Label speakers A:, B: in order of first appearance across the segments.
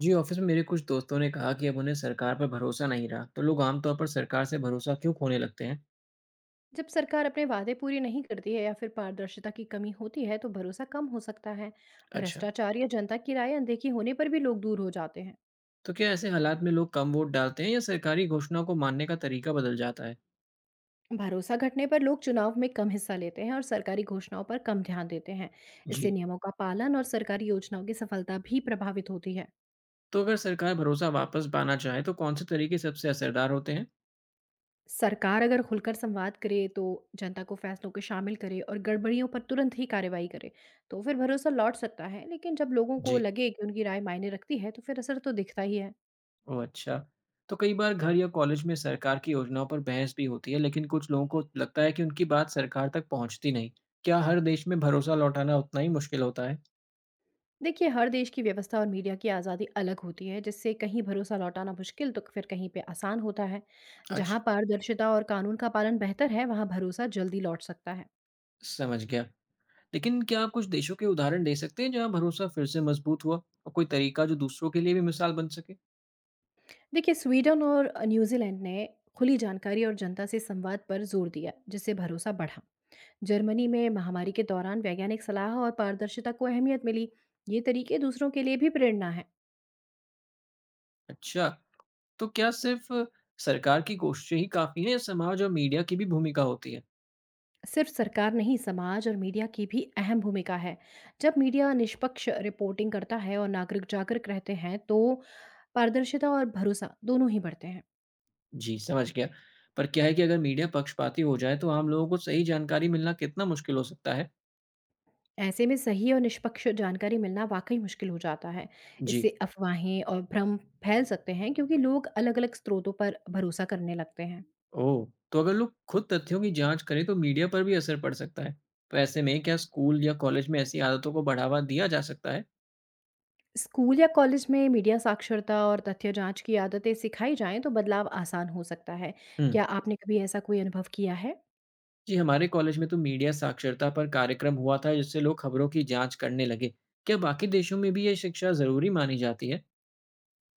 A: जी, office में मेरे कुछ दोस्तों ने कहा कि अब उन्हें सरकार पर भरोसा नहीं रहा, तो लोग आमतौर पर सरकार से भरोसा क्यों खोने लगते हैं?
B: जब सरकार अपने वादे पूरे नहीं करती है या फिर पारदर्शिता की कमी होती है तो भरोसा कम हो सकता है।
A: अच्छा।
B: भ्रष्टाचार या जनता की राय अनदेखी होने पर भी लोग दूर हो जाते हैं।
A: तो क्या ऐसे हालात में लोग कम वोट डालते हैं या सरकारी घोषणाओं को मानने का तरीका बदल जाता है?
B: भरोसा घटने पर लोग चुनाव में कम हिस्सा लेते हैं और सरकारी घोषणाओं पर कम ध्यान देते हैं। इससे
A: जी।
B: नियमों का पालन और सरकारी योजनाओं की सफलता भी प्रभावित होती है।
A: तो अगर सरकार भरोसा वापस पाना चाहे, तो कौन से तरीके सबसे असरदार होते हैं?
B: सरकार अगर खुलकर संवाद करे तो जनता को फैसलों को शामिल करे और गड़बड़ियों पर तुरंत ही कार्रवाई करे तो फिर भरोसा लौट सकता है, लेकिन जब लोगों को
A: जी।
B: लगे कि उनकी राय मायने रखती है तो फिर असर तो दिखता ही है।
A: ओह अच्छा। तो कई बार घर या कॉलेज में सरकार की योजनाओं पर बहस भी होती है, लेकिन कुछ लोगों को लगता है कि उनकी बात सरकार तक पहुंचती नहीं। क्या हर देश में भरोसा लौटाना उतना ही मुश्किल होता है?
B: देखिए, हर देश की व्यवस्था और मीडिया की आज़ादी अलग होती है, जिससे कहीं भरोसा लौटाना मुश्किल तो फिर कहीं पे आसान होता है। जहाँ
A: अच्छा।
B: पारदर्शिता और कानून का पालन बेहतर है वहाँ भरोसा जल्दी लौट सकता है।
A: समझ गया। लेकिन क्या आप कुछ देशों के उदाहरण दे सकते हैं जहां भरोसा फिर से मजबूत हुआ और कोई तरीका जो दूसरों के लिए भी मिसाल बन सके।
B: देखिए, स्वीडन और न्यूजीलैंड ने खुली जानकारी और जनता से संवाद पर जोर दिया, जिससे भरोसा बढ़ा। जर्मनी में महामारी के दौरान वैज्ञानिक सलाह और पारदर्शिता को अहमियत मिली। ये तरीके दूसरों के लिए भी प्रेरणा है।
A: अच्छा। तो क्या सिर्फ सरकार की कोशिशें ही काफी हैं या समाज और मीडिया की भी भूमिका होती है।
B: सिर्फ सरकार नहीं, समाज और मीडिया की भी अहम भूमिका है। जब मीडिया निष्पक्ष रिपोर्टिंग करता है और नागरिक जागरूक रहते हैं तो पारदर्शिता और भरोसा दोनों ही बढ़ते हैं।
A: जी, समझ गया। पर क्या है कि अगर मीडिया पक्षपाती हो जाए तो आम लोगों को सही जानकारी मिलना कितना मुश्किल हो सकता है?
B: ऐसे में सही और निष्पक्ष जानकारी मिलना वाकई मुश्किल हो जाता है।
A: जी।
B: इससे अफवाहें और भ्रम फैल सकते हैं, क्योंकि लोग अलग अलग स्रोतों पर भरोसा करने लगते हैं।
A: ओह। तो अगर लोग खुद तथ्यों की जांच करें तो मीडिया पर भी असर पड़ सकता है। तो ऐसे में क्या स्कूल या कॉलेज में ऐसी आदतों को बढ़ावा दिया जा सकता है?
B: स्कूल या कॉलेज में मीडिया साक्षरता और तथ्य जांच की आदतें सिखाई जाएं तो बदलाव आसान हो सकता है।
A: हम्म।
B: क्या आपने कभी ऐसा कोई अनुभव किया है?
A: जी, हमारे कॉलेज में तो मीडिया साक्षरता पर कार्यक्रम हुआ था जिससे लोग खबरों की जांच करने लगे। क्या बाकी देशों में भी ये शिक्षा जरूरी मानी जाती है?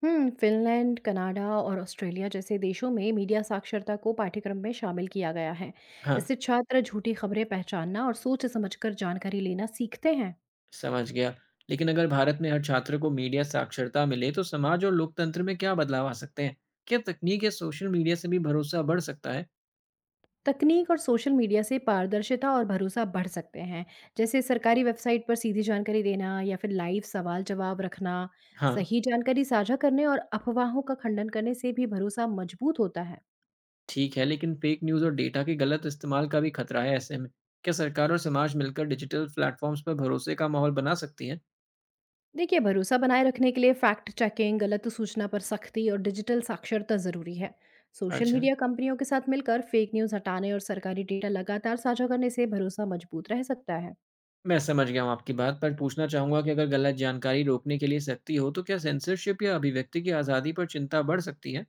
B: फ़िनलैंड, कनाडा और ऑस्ट्रेलिया जैसे देशों में मीडिया साक्षरता को पाठ्यक्रम में शामिल किया गया है।
A: हाँ।
B: इससे छात्र झूठी खबरें पहचानना और सोच समझकर जानकारी लेना सीखते हैं।
A: समझ गया। लेकिन अगर भारत में हर छात्र को मीडिया साक्षरता मिले तो समाज और लोकतंत्र में क्या बदलाव आ सकते हैं? क्या तकनीक या सोशल मीडिया से भी भरोसा बढ़ सकता है?
B: तकनीक और सोशल मीडिया से पारदर्शिता और भरोसा बढ़ सकते हैं, जैसे सरकारी वेबसाइट पर सीधी जानकारी देना या फिर लाइव सवाल-जवाब रखना।
A: हाँ।
B: सही जानकारी साझा करने और अफवाहों का खंडन करने से भी भरोसा मजबूत होता है।
A: ठीक है, लेकिन फेक न्यूज़ और डेटा के गलत इस्तेमाल का भी खतरा है, ऐसे में क्या सरकार और समाज मिलकर डिजिटल प्लेटफॉर्म्स पर भरोसे का माहौल बना सकती है?
B: देखिए, भरोसा बनाए रखने के लिए फैक्ट चेकिंग, गलत सूचना पर सख्ती और डिजिटल साक्षरता ज़रूरी है। सोशल
A: अच्छा।
B: मीडिया कंपनियों के साथ मिलकर फेक न्यूज़ हटाने और सरकारी डेटा लगातार साझा करने से भरोसा मजबूत रह सकता है।
A: मैं समझ गया हूँ आपकी बात, पर पूछना चाहूँगा कि अगर गलत जानकारी रोकने के लिए सख्ती हो, तो क्या सेंसरशिप या अभिव्यक्ति की आज़ादी पर चिंता बढ़ सकती है?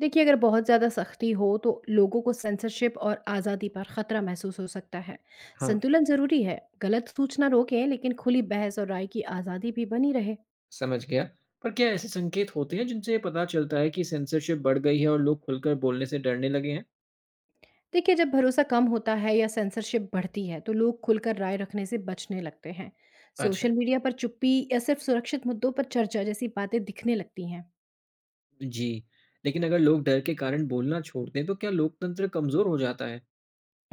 B: देखिए, अगर बहुत ज़्यादा सख्ती हो तो लोगों को सेंसरशिप और आज़ादी पर खतरा महसूस हो सकता है।
A: हाँ।
B: संतुलन ज़रूरी है, गलत सूचना रोकें लेकिन खुली बहस और राय की आज़ादी भी बनी रहे।
A: समझ गया। पर क्या ऐसे संकेत होते हैं जिनसे ये पता चलता है कि सेंसरशिप बढ़ गई है और लोग खुलकर बोलने से डरने लगे हैं?
B: देखिए, जब भरोसा कम होता है या सेंसरशिप बढ़ती है तो लोग खुलकर राय रखने से बचने लगते हैं।
A: अच्छा।
B: सोशल मीडिया पर चुप्पी या सिर्फ सुरक्षित मुद्दों पर चर्चा जैसी बातें दिखने लगती हैं।
A: जी, लेकिन अगर लोग डर के कारण बोलना छोड़ दें, तो क्या लोकतंत्र कमज़ोर हो जाता है?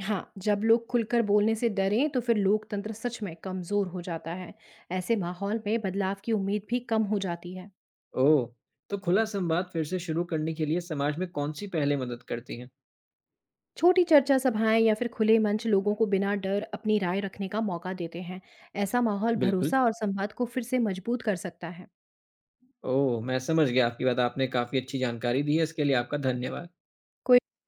B: हाँ, जब लोग खुलकर बोलने से डरें तो फिर लोकतंत्र सच में कमजोर हो जाता है। ऐसे माहौल में बदलाव की उम्मीद भी कम हो जाती है।
A: ओह! तो खुला संवाद फिर से शुरू करने के लिए समाज में कौन सी पहलें मदद करती हैं?
B: छोटी चर्चा सभाएं या फिर खुले मंच लोगों को बिना डर अपनी राय रखने का मौका देते हैं। ऐसा माहौल
A: बिल्कुल।
B: भरोसा और संवाद को फिर से मजबूत कर सकता है।
A: ओह! मैं समझ गया आपकी बात। आपने काफ़ी अच्छी जानकारी दी है, इसके लिए आपका धन्यवाद।